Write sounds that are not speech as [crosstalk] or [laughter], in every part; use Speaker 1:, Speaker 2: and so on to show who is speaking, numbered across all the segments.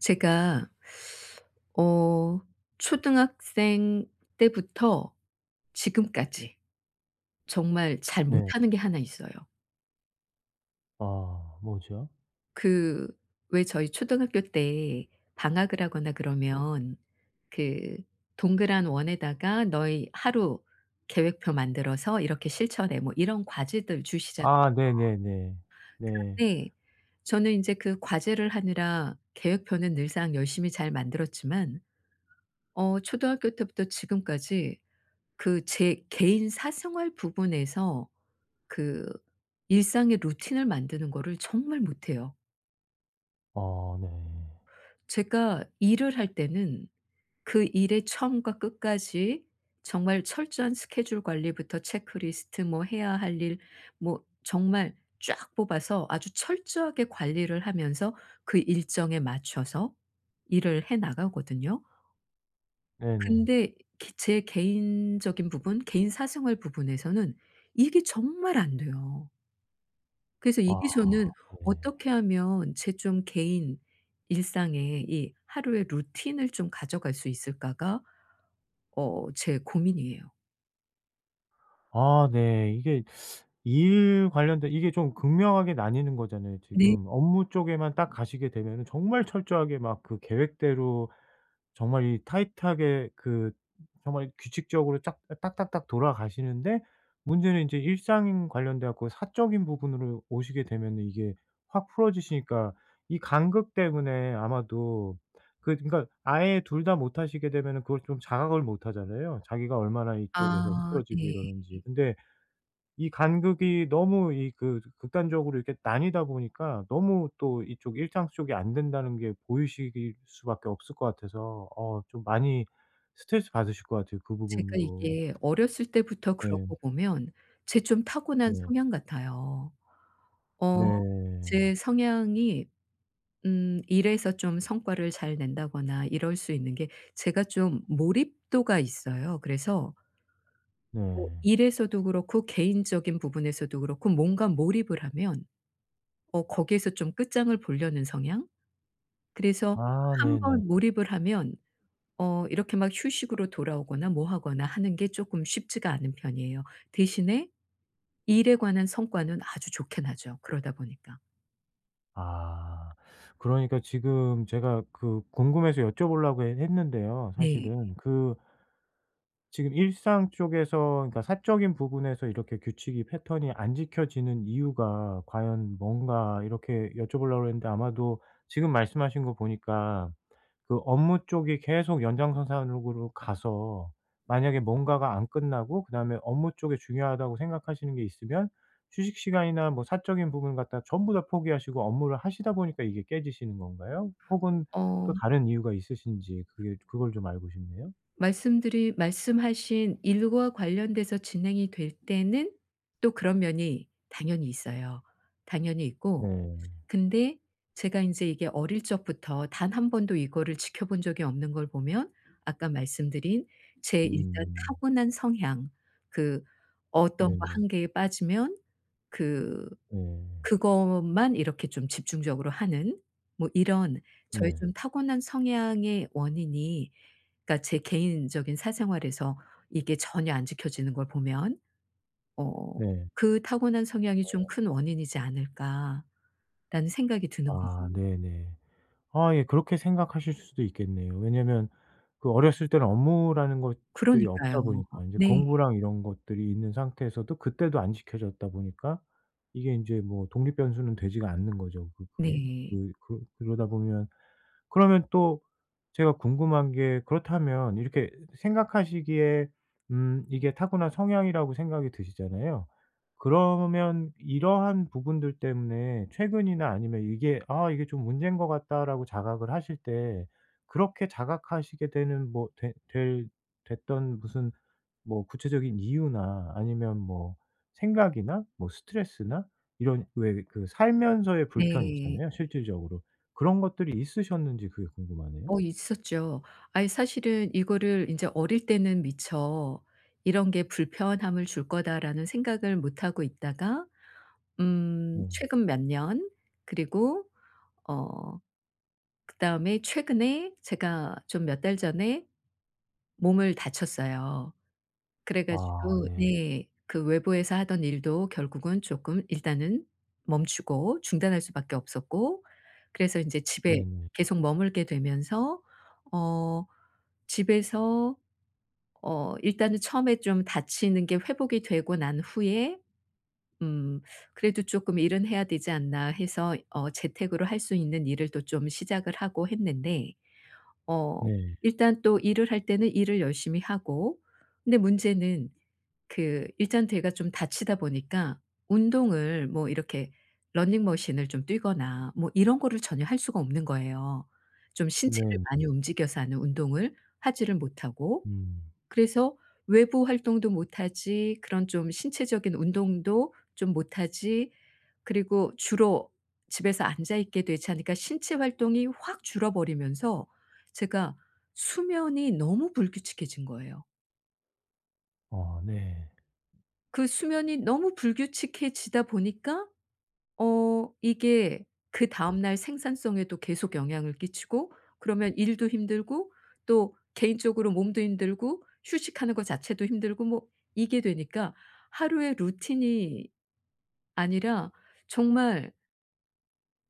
Speaker 1: 제가 어 초등학생 때부터 지금까지 정말 잘
Speaker 2: 네.
Speaker 1: 못하는 게 하나 있어요.
Speaker 2: 아 뭐죠?
Speaker 1: 그 왜 저희 초등학교 때 방학을 하거나 그러면 그 동그란 원에다가 "너희 하루 계획표 만들어서 이렇게 실천해." 뭐 이런 과제들 주시잖아요.
Speaker 2: 아 네네네. 네.
Speaker 1: 그런데 저는 이제 그 과제를 하느라 계획표는 늘상 열심히 잘 만들었지만, 초등학교 때부터 지금까지 그 제 개인 사생활 부분에서 그 일상의 루틴을 만드는 거를 정말 못해요.
Speaker 2: 어 네.
Speaker 1: 제가 일을 할 때는 그 일의 처음과 끝까지 정말 철저한 스케줄 관리부터 체크리스트, 뭐 해야 할 일, 뭐 정말 쫙 뽑아서 아주 철저하게 관리를 하면서 그 일정에 맞춰서 일을 해 나가거든요.
Speaker 2: 네네.
Speaker 1: 근데 기 제 개인적인 부분, 개인 사생활 부분에서는 이게 정말 안 돼요. 그래서
Speaker 2: 아
Speaker 1: 이게 저는
Speaker 2: 네.
Speaker 1: 어떻게 하면 제 좀 개인 일상에 이 하루의 루틴을 좀 가져갈 수 있을까가 제 고민이에요.
Speaker 2: 아 네. 이게 일 관련된 이게 좀 극명하게 나뉘는 거잖아요
Speaker 1: 네.
Speaker 2: 지금. 업무 쪽에만 딱 가시게 되면은 정말 철저하게 막 그 계획대로 정말 이 타이트하게 그 정말 규칙적으로 짝 딱딱딱 돌아가시는데, 문제는 인제 일상 관련돼 갖고 사적인 부분으로 오시게 되면은 이게 확 풀어지시니까 이 간극 때문에 아마도, 그 그러니까 아예 둘 다 못 하시게 되면은 그걸 좀 자각을 못 하잖아요. 자기가 얼마나 이쪽에서
Speaker 1: 아,
Speaker 2: 흐트러지고
Speaker 1: 네.
Speaker 2: 이러는지. 근데 이 간극이 너무 이 그 극단적으로 이렇게 나뉘다 보니까 너무 또 이쪽 일상 쪽이 안 된다는 게 보이실 수밖에 없을 것 같아서 좀 많이 스트레스 받으실 것 같아요 그
Speaker 1: 제가
Speaker 2: 부분으로.
Speaker 1: 이게 어렸을 때부터
Speaker 2: 네.
Speaker 1: 그러고 보면 제 좀 타고난
Speaker 2: 네.
Speaker 1: 성향 같아요. 어
Speaker 2: 네.
Speaker 1: 제 성향이, 일에서 좀 성과를 잘 낸다거나 이럴 수 있는 게, 제가 좀 몰입도가 있어요. 그래서 뭐
Speaker 2: 네.
Speaker 1: 일에서도 그렇고 개인적인 부분에서도 그렇고 뭔가 몰입을 하면 거기에서 좀 끝장을 보려는 성향? 그래서
Speaker 2: 아
Speaker 1: 한
Speaker 2: 네네.
Speaker 1: 번 몰입을 하면 이렇게 막 휴식으로 돌아오거나 뭐 하거나 하는 게 쪼끔 쉽지가 않은 편이에요. 대신에 일에 관한 성과는 아주 좋게 나죠, 그러다 보니까.
Speaker 2: 아. 그러니까 지금 제가 그 궁금해서 여쭤보려고 했 했는데요
Speaker 1: 네.
Speaker 2: 사실은. 그 지금 일상 쪽에서 그러니까 사적인 부분에서 이렇게 규칙이 패턴이 안 지켜지는 이유가 과연 뭔가 이렇게 여쭤보려고 그는데, 아마도 지금 말씀하신 거 보니까 그 업무 쪽이 계속 연장선상으로 가서 만약에 뭔가가 안 끝나고 그다음에 업무 쪽에 중요하다고 생각하시는 게 있으면 휴식 시간이나 뭐 사적인 부분 갖다 전부 다 포기하시고 업무를 하시다 보니까 이게 깨지시는 건가요? 혹은 또
Speaker 1: 어
Speaker 2: 다른 이유가 있으신지, 그게 그걸 좀 알고 싶네요.
Speaker 1: 말씀드린 말씀하신 일과 관련돼서 진행이 될 때는 또 그런 면이 당연히 있어요. 당연히 있고.
Speaker 2: 네.
Speaker 1: 근데 제가 인제 이게 어릴 적부터 단 한 번도 이거를 지켜본 적이 없는 걸 보면, 아까 말씀드린 제 일단
Speaker 2: 음.
Speaker 1: 타고난 성향, 그 어떤 거
Speaker 2: 네네.
Speaker 1: 한 개에 빠지면 그
Speaker 2: 네.
Speaker 1: 그것만 이렇게 좀 집중적으로 하는, 뭐 이런 저의
Speaker 2: 네.
Speaker 1: 좀 타고난 성향의 원인이, 그러니까 제 개인적인 사생활에서 이게 전혀 안 지켜지는 걸 보면 어
Speaker 2: 네.
Speaker 1: '그 타고난 성향이 좀 큰 원인이지 않을까.'라는 생각이 드는 거죠.
Speaker 2: 아 네네. 아예 그렇게 생각하실 수도 있겠네요. 왜냐면 그 어렸을 때는 업무라는 것들이
Speaker 1: 그러니까요.
Speaker 2: 없다 보니까 인제
Speaker 1: 네.
Speaker 2: 공부랑 이런 것들이 있는 상태에서도 그때도 안 지켜졌다 보니까 이게 인제 뭐 독립 변수는 되지가 않는 거죠 그 그게.
Speaker 1: 네.
Speaker 2: 그 그 그러다 보면 그러면 또 제가 궁금한 게, 그렇다면 이렇게 생각하시기에 이게 타고난 성향이라고 생각이 드시잖아요. 그러면 이러한 부분들 때문에 최근이나 아니면 이게 '아 이게 좀 문제인 것 같다.'라고 자각을 하실 때 그렇게 자각하시게 되는 뭐 되 될 됐던 무슨 뭐 구체적인 이유나 아니면 뭐 생각이나 뭐 스트레스나 이런, 왜 그 살면서의 불편
Speaker 1: 네.
Speaker 2: 있잖아요 실질적으로. 그런 것들이 있으셨는지 그게 궁금하네요.
Speaker 1: 있었죠. 아이, 사실은 이거를 인제 어릴 때는 미처 '이런 게 불편함을 줄 거다.'라는 생각을 못 하고 있다가,
Speaker 2: 네.
Speaker 1: 최근 몇 년, 그리고 어 그다음에 최근에 제가 좀 몇 달 전에 몸을 다쳤어요. 그래
Speaker 2: 아
Speaker 1: 가지고,
Speaker 2: 네.
Speaker 1: 네, 그 외부에서 하던 일도 결국은 조금 일단은 멈추고 중단할 수밖에 없었고, 그래서 인제 집에
Speaker 2: 네 네.
Speaker 1: 계속 머물게 되면서 어 집에서 일단은 처음에 좀 다치는 게 회복이 되고 난 후에, 음 '그래도 쪼끔 일은 해야 되지 않나.' 해서 재택으로 할 수 있는 일을 또 좀 시작을 하고 했는데, 어
Speaker 2: 네.
Speaker 1: 일단 또 일을 할 때는 일을 열심히 하고. 근데 문제는, 그 일단 제가 좀 다치다 보니까 운동을 뭐 이렇게 러닝머신을 좀 뛰거나 뭐 이런 거를 전혀 할 수가 없는 거예요. 좀 신체를 많이
Speaker 2: 네네.
Speaker 1: 움직여서 하는 운동을 하지를 못하고,
Speaker 2: 음.
Speaker 1: 그래서 외부 활동도 못하지, 그런 좀 신체적인 운동도 좀 못하지, 그리고 주로 집에서 앉아 있게 되지 않으니까 신체 활동이 확 줄어버리면서 제가 수면이 너무 불규칙해진 거예요.
Speaker 2: 아 네.
Speaker 1: 그 수면이 너무 불규칙해지다 보니까 이게 그다음 날 생산성에도 계속 영향을 끼치고, 그러면 일도 힘들고 또 개인적으로 몸도 힘들고 휴식하는 거 자체도 힘들고 뭐 이게 되니까, 하루의 루틴이 아니라 정말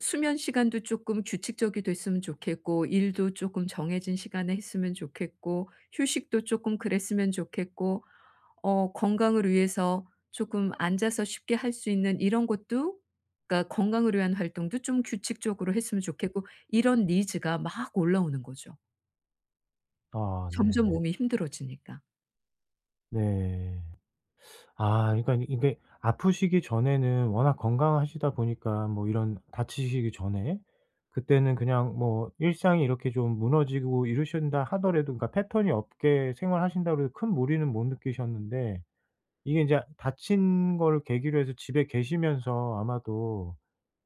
Speaker 1: 수면 시간도 조금 규칙적이 됐으면 좋겠고, 일도 조금 정해진 시간에 했으면 좋겠고, 휴식도 조금 그랬으면 좋겠고, 건강을 위해서 조금 앉아서 쉽게 할 수 있는 이런 것도, 그러니까 건강을 위한 활동도 좀 규칙적으로 했으면 좋겠고, 이런 니즈가 막 올라오는 거죠.
Speaker 2: 아
Speaker 1: 점점
Speaker 2: 네네.
Speaker 1: 몸이 힘들어지니까.
Speaker 2: 네. 아 그러니까 이게 아프시기 전에는 워낙 건강하시다 보니까 뭐 이런 다치시기 전에 그때는 그냥 뭐 일상이 이렇게 좀 무너지고 이러신다 하더라도, 그러니까 패턴이 없게 생활하신다고 해도 큰 무리는 못 느끼셨는데 이게 인제 다친 거를 계기로 해서 집에 계시면서 아마도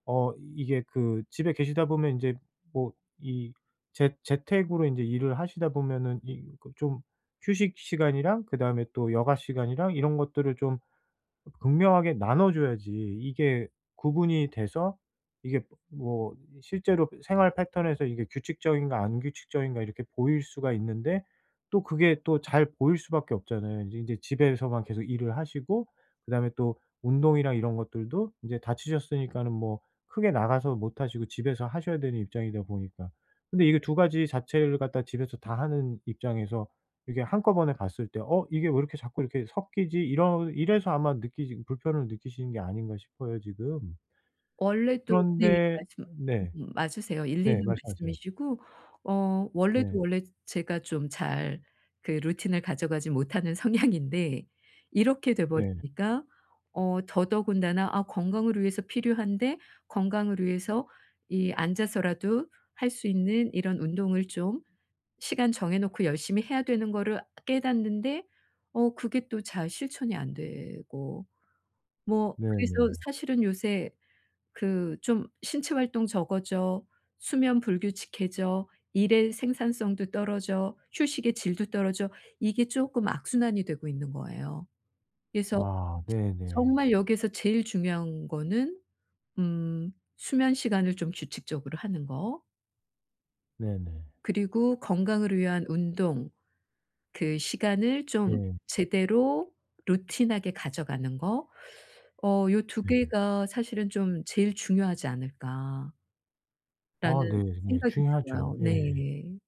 Speaker 2: 이게 그 집에 계시다 보면 인제 뭐 이 재 재택으로 인제 일을 하시다 보면은 이 그 좀 휴식 시간이랑 그다음에 또 여가 시간이랑 이런 것들을 좀 극명하게 나눠줘야지 이게 구분이 돼서 이게 뭐 실제로 생활 패턴에서 이게 규칙적인가 안 규칙적인가 이렇게 보일 수가 있는데, 또 그게 또 잘 보일 수밖에 없잖아요. 이제제 집에서만 계속 일을 하시고 그다음에 또 운동이랑 이런 것들도 인제 다치셨으니까는 뭐 크게 나가서 못 하시고 집에서 하셔야 되는 입장이다 보니까. 근데 이게 두 가지 자체를 갖다 집에서 다 하는 입장에서 이게 한꺼번에 봤을 때 이게 왜 이렇게 자꾸 이렇게 섞이지?' 이러 이래서 아마 느끼시 불편을 느끼시는 게 아닌가 싶어요 지금.
Speaker 1: 원래도, 네,
Speaker 2: 그런데
Speaker 1: 말씀
Speaker 2: 네.
Speaker 1: 맞으세요. 일리
Speaker 2: 네
Speaker 1: 있는
Speaker 2: 말씀하세요.
Speaker 1: 말씀이시고,
Speaker 2: 네.
Speaker 1: 원래도 원래 제가 좀 잘 그 루틴을 가져가지 못하는 [laughs] 성향인데, 이렇게 돼
Speaker 2: 네.
Speaker 1: 버리니까 더더군다나, 아, 건강을 위해서 필요한데, 건강을 위해서 이 앉아서라도 할 수 있는 이런 운동을 좀 시간 정해 놓고 열심히 해야 되는 거를 깨닫는데 그게 또 잘 실천이 안 되고, 뭐 그래서
Speaker 2: 네네.
Speaker 1: 사실은 요새 그 좀 신체 활동 적어져, 수면 불규칙해져, 일의 생산성도 떨어져, 휴식의 질도 떨어져, 이게 쪼끔 악순환이 되고 있는 거예요. 그래서
Speaker 2: 아 네네.
Speaker 1: 정말 여기에서 제일 중요한 거는, 수면 시간을 좀 규칙적으로 하는 거,
Speaker 2: 네네.
Speaker 1: 그리고 건강을 위한 운동 그 시간을 좀
Speaker 2: 예.
Speaker 1: 제대로 루틴하게 가져가는 거, 요 두
Speaker 2: 네.
Speaker 1: 개가 사실은 좀 제일 중요하지 않을까,
Speaker 2: 아 네.
Speaker 1: 라는
Speaker 2: 네.
Speaker 1: 생각이
Speaker 2: 중요하죠.
Speaker 1: 들어요.
Speaker 2: 예.
Speaker 1: 네.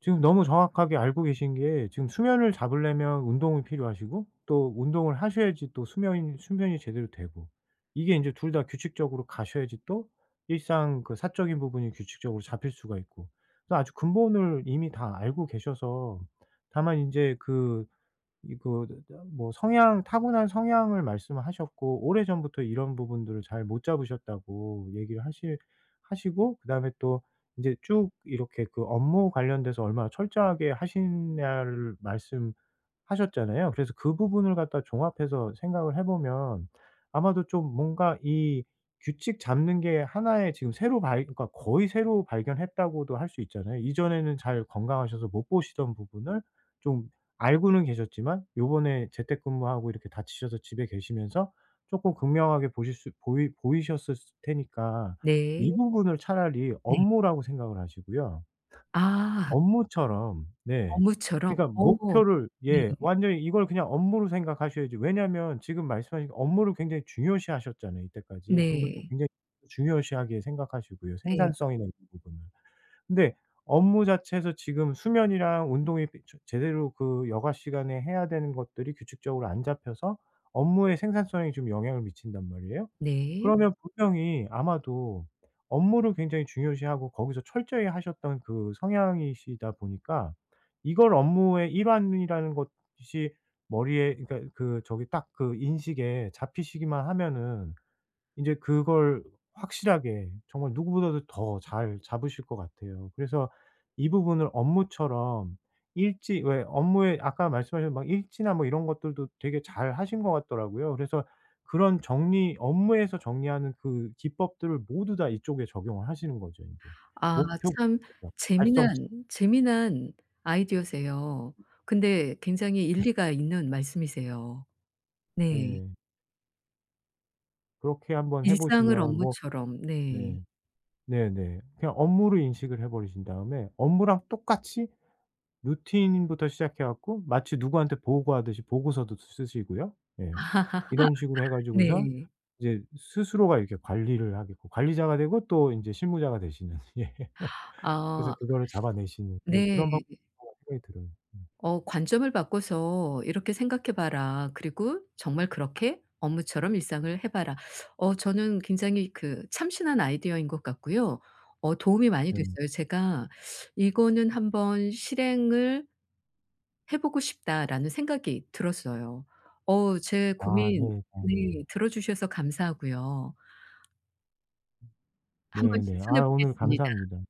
Speaker 2: 지금 너무 정확하게 알고 계신 게 지금 수면을 잡으려면 운동이 필요하시고 또 운동을 하셔야지 또 수면이 제대로 되고 이게 인제 둘 다 규칙적으로 가셔야지 또 일상 그 사적인 부분이 규칙적으로 잡힐 수가 있고 그래서 아주 근본을 이미 다 알고 계셔서, 다만 인제 그 이 그 뭐 성향 타고난 성향을 말씀을 하셨고 오래전부터 이런 부분들을 잘 못 잡으셨다고 얘기를 하시고 그다음에 또 인제 쭉 이렇게 그 업무 관련돼서 얼마나 철저하게 하시냐를 말씀 하셨잖아요. 그래서 그 부분을 갖다 종합해서 생각을 해 보면 아마도 좀 뭔가 이 규칙 잡는 게 하나의 지금 새로 발 그러니까 거의 새로 발견했다고도 할 수 있잖아요. 이전에는 잘 건강하셔서 못 보시던 부분을 좀 알고는 계셨지만 요번에 재택근무하고 이렇게 다치셔서 집에 계시면서 조금 극명하게 보실 수 보이 보이셨을 테니까
Speaker 1: 네.
Speaker 2: 이 부분을 차라리
Speaker 1: 네.
Speaker 2: 업무라고 생각을 하시고요.
Speaker 1: 아,
Speaker 2: 업무처럼 네.
Speaker 1: 어무처럼.
Speaker 2: 그러니까
Speaker 1: 어.
Speaker 2: 목표를,
Speaker 1: 네.
Speaker 2: 예, 완전히 이걸 그냥 업무로 생각하셔야지. 왜냐면 지금 말씀하신 업무를 굉장히 중요시하셨잖아요 이때까지. 그리고 또
Speaker 1: 네.
Speaker 2: 굉장히 중요시하게 생각하시고요
Speaker 1: 네.
Speaker 2: 생산성이나 이런 부분을. 근데 업무 자체에서 지금 수면이랑 운동이 비 저 제대로 그 여가 시간에 해야 되는 것들이 규칙적으로 안 잡혀서 업무의 생산성에 좀 영향을 미친단 말이에요.
Speaker 1: 네.
Speaker 2: 그러면 분명히 아마도 업무를 굉장히 중요시하고 거기서 철저히 하셨던 그 성향이시다 보니까 이걸 업무의 일환이라는 것이 머리에, 그러니까 그 저기 딱 그 인식에 잡히시기만 하면은 이제 그걸 확실하게 정말 누구보다도 더 잘 잡으실 것 같아요. 그래서 이 부분을 업무처럼, 일지, 왜 업무에 아까 말씀하신 막 일지나 뭐 이런 것들도 되게 잘하신 것 같더라고요. 그래서 그런 정리 업무에서 정리하는 그 기법들을 모두 다 이쪽에 적용을 하시는 거죠 이제.
Speaker 1: 아,
Speaker 2: 목표
Speaker 1: 참
Speaker 2: 달성.
Speaker 1: 재미난 재미난 아이디어세요. 근데 굉장히 일리가 있는 말씀이세요. 네.
Speaker 2: 네. 그렇게 한번 해
Speaker 1: 일상을
Speaker 2: 보시면 뭐
Speaker 1: 업무처럼. 네.
Speaker 2: 네. 네네. 그냥 업무로 인식을 해 버리신 다음에 업무랑 똑같이 루틴부터 시작해 갖고 마치 누구한테 보고하듯이 보고서도 쓰시고요. 예. 이런 식으로 해 가지고서
Speaker 1: 네.
Speaker 2: 이제 스스로가 이렇게 관리를 하게 고 관리자가 되고 또 인제 실무자가 되시는 [laughs] 예. 그래서
Speaker 1: 아,
Speaker 2: 그거를 잡아내시는 네
Speaker 1: 네.
Speaker 2: 그런 방법이라고 생각이 들어요. 음.
Speaker 1: 관점을 바꿔서 "이렇게 생각해 봐라. 그리고 정말 그렇게 업무처럼 일상을 해 봐라." 저는 굉장히 그 참신한 아이디어인 것 같고요. 도움이 많이
Speaker 2: 네.
Speaker 1: 됐어요. 제가 '이거는 한번 실행을 해 보고 싶다.'라는 생각이 들었어요. 제
Speaker 2: 아
Speaker 1: 고민,
Speaker 2: 네. 다행이네요.
Speaker 1: 네, 들어 주셔서 감사하고요. 한번
Speaker 2: 네네.
Speaker 1: 실천해
Speaker 2: 아 오늘
Speaker 1: 보겠습니 다.
Speaker 2: 감사합니다.